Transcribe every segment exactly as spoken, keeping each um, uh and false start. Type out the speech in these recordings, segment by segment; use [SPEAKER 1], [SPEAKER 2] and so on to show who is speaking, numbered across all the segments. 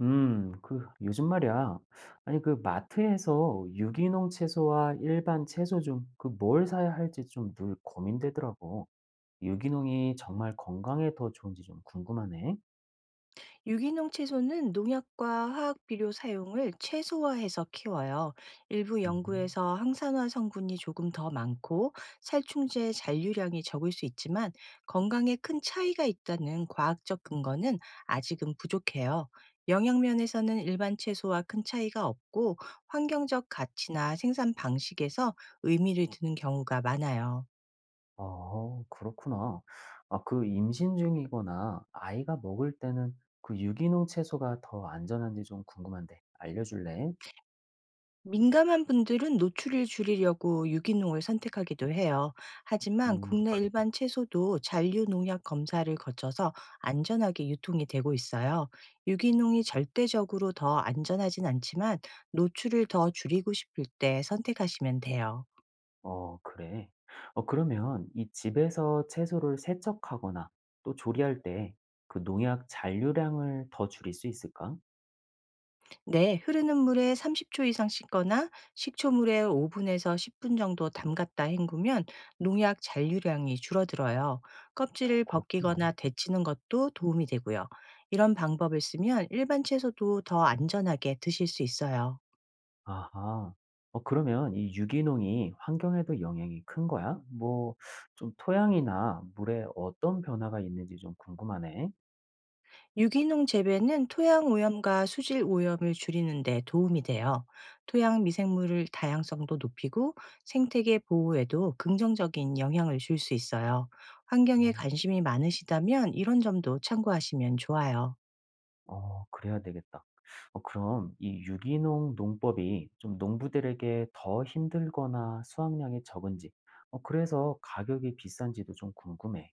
[SPEAKER 1] 음, 그 요즘 말이야. 아니 그 마트에서 유기농 채소와 일반 채소 중 그 뭘 사야 할지 좀 늘 고민되더라고. 유기농이 정말 건강에 더 좋은지 좀 궁금하네.
[SPEAKER 2] 유기농 채소는 농약과 화학 비료 사용을 최소화해서 키워요. 일부
[SPEAKER 1] 음,
[SPEAKER 2] 연구에서 항산화 성분이 조금 더 많고 살충제 잔류량이 적을 수 있지만 건강에 큰 차이가 있다는 과학적 근거는 아직은 부족해요. 영양면에서는 일반 채소와 큰 차이가 없고 환경적 가치나 생산 방식에서 의미를 두는 경우가 많아요.
[SPEAKER 1] 어, 그렇구나. 아, 그 임신 중이거나 아이가 먹을 때는 그 유기농 채소가 더 안전한지 좀 궁금한데 알려줄래?
[SPEAKER 2] 민감한 분들은 노출을 줄이려고 유기농을 선택하기도 해요. 하지만
[SPEAKER 1] 음.
[SPEAKER 2] 국내 일반 채소도 잔류 농약 검사를 거쳐서 안전하게 유통이 되고 있어요. 유기농이 절대적으로 더 안전하진 않지만 노출을 더 줄이고 싶을 때 선택하시면 돼요.
[SPEAKER 1] 어, 그래. 어, 그러면 이 집에서 채소를 세척하거나 또 조리할 때 그 농약 잔류량을 더 줄일 수 있을까?
[SPEAKER 2] 네, 흐르는 물에 삼십 초 이상 씻거나 식초물에 오 분에서 십 분 정도 담갔다 헹구면 농약 잔류량이 줄어들어요.
[SPEAKER 1] 어,
[SPEAKER 2] 껍질을
[SPEAKER 1] 그렇구나.
[SPEAKER 2] 벗기거나 데치는 것도 도움이 되고요. 이런 방법을 쓰면 일반 채소도 더 안전하게 드실 수 있어요.
[SPEAKER 1] 아하. 어, 그러면 이 유기농이 환경에도 영향이 큰 거야? 뭐, 좀 토양이나 물에 어떤 변화가 있는지 좀 궁금하네.
[SPEAKER 2] 유기농 재배는 토양 오염과 수질 오염을 줄이는 데 도움이 돼요. 토양 미생물을 다양성도 높이고 생태계 보호에도 긍정적인 영향을 줄 수 있어요. 환경에 관심이 많으시다면 이런 점도 참고하시면 좋아요.
[SPEAKER 1] 어, 그래야 되겠다. 어, 그럼 이 유기농 농법이 좀 농부들에게 더 힘들거나 수확량이 적은지, 어 그래서 가격이 비싼지도 좀 궁금해.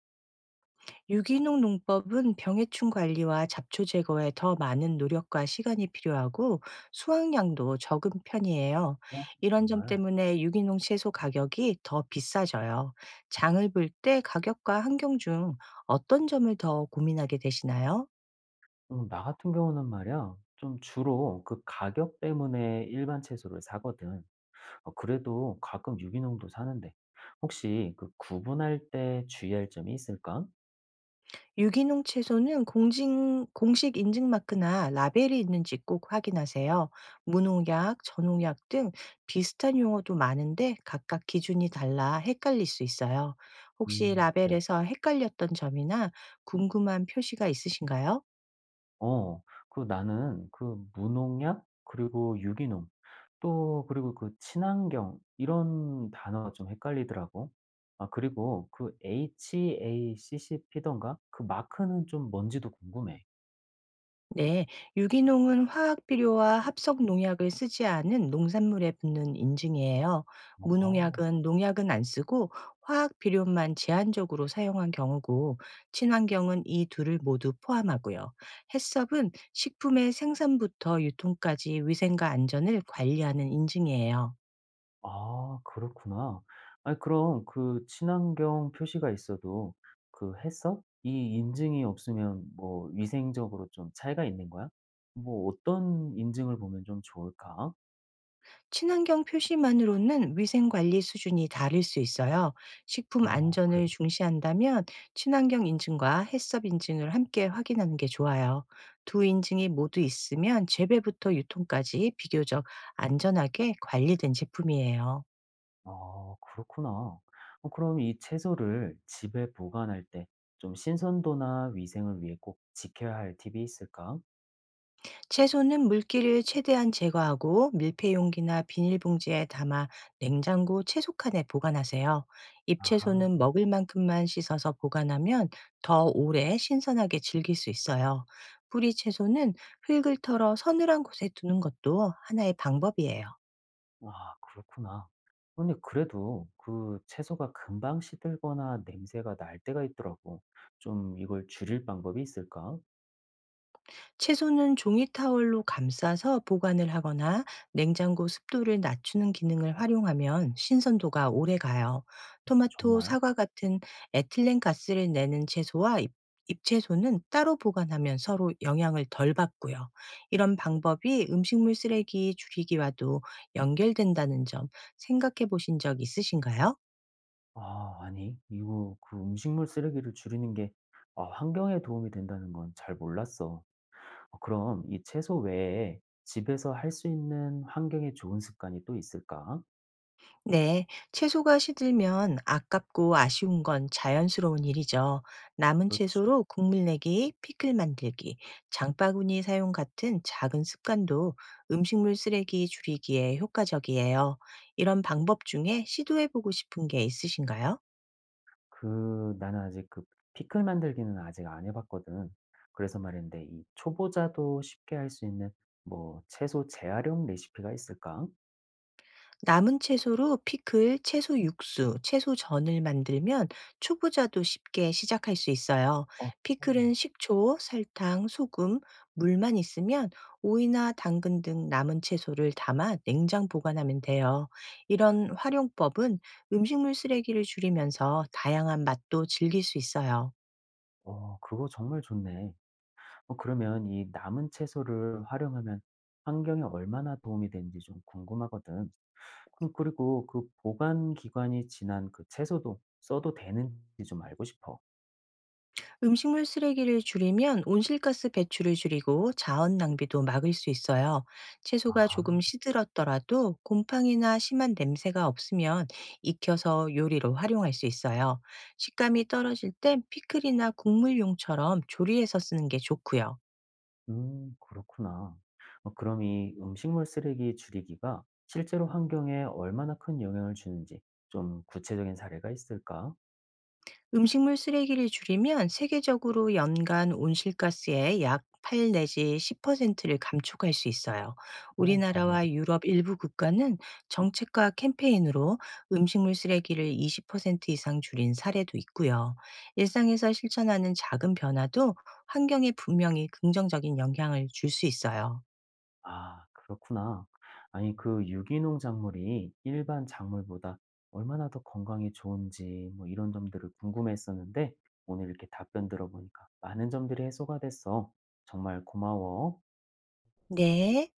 [SPEAKER 2] 유기농 농법은 병해충 관리와 잡초 제거에 더 많은 노력과 시간이 필요하고 수확량도 적은 편이에요.
[SPEAKER 1] 어,
[SPEAKER 2] 이런 점
[SPEAKER 1] 정말.
[SPEAKER 2] 때문에 유기농 채소 가격이 더 비싸져요. 장을 볼 때 가격과 환경 중 어떤 점을 더 고민하게 되시나요?
[SPEAKER 1] 음, 나 같은 경우는 말이야, 좀 주로 그 가격 때문에 일반 채소를 사거든. 어, 그래도 가끔 유기농도 사는데, 혹시 그 구분할 때 주의할 점이 있을까?
[SPEAKER 2] 유기농 채소는 공진, 공식 인증 마크나 라벨이 있는지 꼭 확인하세요. 무농약, 전농약 등 비슷한 용어도 많은데 각각 기준이 달라 헷갈릴 수 있어요. 혹시
[SPEAKER 1] 음, 그래.
[SPEAKER 2] 라벨에서 헷갈렸던 점이나 궁금한 표시가 있으신가요?
[SPEAKER 1] 어, 그 나는 그 무농약, 그리고 유기농, 또 그리고 그 친환경 이런 단어가 좀 헷갈리더라고. 아, 그리고 그 해썹던가 그 마크는 좀 뭔지도 궁금해.
[SPEAKER 2] 네, 유기농은 화학 비료와 합성 농약을 쓰지 않은 농산물에 붙는 인증이에요.
[SPEAKER 1] 어.
[SPEAKER 2] 무농약은 농약은 안 쓰고 화학 비료만 제한적으로 사용한 경우고, 친환경은 이 둘을 모두 포함하고요. 해썹은 식품의 생산부터 유통까지 위생과 안전을 관리하는 인증이에요.
[SPEAKER 1] 아, 그렇구나. 아니, 그럼 그 친환경 표시가 있어도 그 해썹 이 인증이 없으면 뭐 위생적으로 좀 차이가 있는 거야? 뭐 어떤 인증을 보면 좀 좋을까?
[SPEAKER 2] 친환경 표시만으로는 위생 관리 수준이 다를 수 있어요. 식품
[SPEAKER 1] 어, 그래.
[SPEAKER 2] 안전을 중시한다면 친환경 인증과 햇섭 인증을 함께 확인하는 게 좋아요. 두 인증이 모두 있으면 재배부터 유통까지 비교적 안전하게 관리된 제품이에요.
[SPEAKER 1] 아, 그렇구나. 어, 그럼 이 채소를 집에 보관할 때 좀 신선도나 위생을 위해 꼭 지켜야 할 팁이 있을까?
[SPEAKER 2] 채소는 물기를 최대한 제거하고 밀폐 용기나 비닐봉지에 담아 냉장고 채소칸에 보관하세요. 잎채소는
[SPEAKER 1] 아하.
[SPEAKER 2] 먹을 만큼만 씻어서 보관하면 더 오래 신선하게 즐길 수 있어요. 뿌리 채소는 흙을 털어 서늘한 곳에 두는 것도 하나의 방법이에요.
[SPEAKER 1] 아, 그렇구나. 근데 그래도 그 채소가 금방 시들거나 냄새가 날 때가 있더라고. 좀 이걸 줄일 방법이 있을까?
[SPEAKER 2] 채소는 종이 타월로 감싸서 보관을 하거나 냉장고 습도를 낮추는 기능을 활용하면 신선도가 오래 가요. 토마토,
[SPEAKER 1] 정말?
[SPEAKER 2] 사과 같은 에틸렌 가스를 내는 채소와 잎- 잎채소는 따로 보관하면 서로 영향을 덜 받고요. 이런 방법이 음식물 쓰레기 줄이기와도 연결된다는 점 생각해 보신 적 있으신가요?
[SPEAKER 1] 아 아니, 이거 그 음식물 쓰레기를 줄이는 게 아 환경에 도움이 된다는 건 잘 몰랐어. 어, 그럼 이 채소 외에 집에서 할 수 있는 환경에 좋은 습관이 또 있을까?
[SPEAKER 2] 네, 채소가 시들면 아깝고 아쉬운 건 자연스러운 일이죠. 남은
[SPEAKER 1] 그렇지.
[SPEAKER 2] 채소로 국물 내기, 피클 만들기, 장바구니 사용 같은 작은 습관도 음식물 쓰레기 줄이기에 효과적이에요. 이런 방법 중에 시도해보고 싶은 게 있으신가요?
[SPEAKER 1] 그, 나는 아직 그 피클 만들기는 아직 안 해봤거든. 그래서 말인데, 이 초보자도 쉽게 할 수 있는 뭐 채소 재활용 레시피가 있을까?
[SPEAKER 2] 남은 채소로 피클, 채소 육수, 채소전을 만들면 초보자도 쉽게 시작할 수 있어요.
[SPEAKER 1] 어, 어.
[SPEAKER 2] 피클은 식초, 설탕, 소금, 물만 있으면 오이나 당근 등 남은 채소를 담아 냉장 보관하면 돼요. 이런 활용법은 음식물 쓰레기를 줄이면서 다양한 맛도 즐길 수 있어요.
[SPEAKER 1] 어, 그거 정말 좋네. 어, 그러면 이 남은 채소를 활용하면 환경에 얼마나 도움이 되는지 좀 궁금하거든. 음, 그리고 그 보관 기간이 지난 그 채소도 써도 되는지 좀 알고 싶어.
[SPEAKER 2] 음식물 쓰레기를 줄이면 온실가스 배출을 줄이고 자원 낭비도 막을 수 있어요. 채소가 조금
[SPEAKER 1] 아.
[SPEAKER 2] 시들었더라도 곰팡이나 심한 냄새가 없으면 익혀서 요리로 활용할 수 있어요. 식감이 떨어질 땐 피클이나 국물용처럼 조리해서 쓰는 게 좋고요.
[SPEAKER 1] 음, 그렇구나. 어, 그럼 이 음식물 쓰레기 줄이기가 실제로 환경에 얼마나 큰 영향을 주는지 좀 구체적인 사례가 있을까?
[SPEAKER 2] 음식물 쓰레기를 줄이면 세계적으로 연간 온실가스의 약 팔 내지 십 퍼센트를 감축할 수 있어요.
[SPEAKER 1] 어, 정말.
[SPEAKER 2] 우리나라와 유럽 일부 국가는 정책과 캠페인으로 음식물 쓰레기를 이십 퍼센트 이상 줄인 사례도 있고요. 일상에서 실천하는 작은 변화도 환경에 분명히 긍정적인 영향을 줄 수 있어요.
[SPEAKER 1] 아, 그렇구나. 아니, 그 유기농 작물이 일반 작물보다 얼마나 더 건강에 좋은지 뭐 이런 점들을 궁금했었는데 오늘 이렇게 답변 들어보니까 많은 점들이 해소가 됐어. 정말 고마워.
[SPEAKER 2] 네.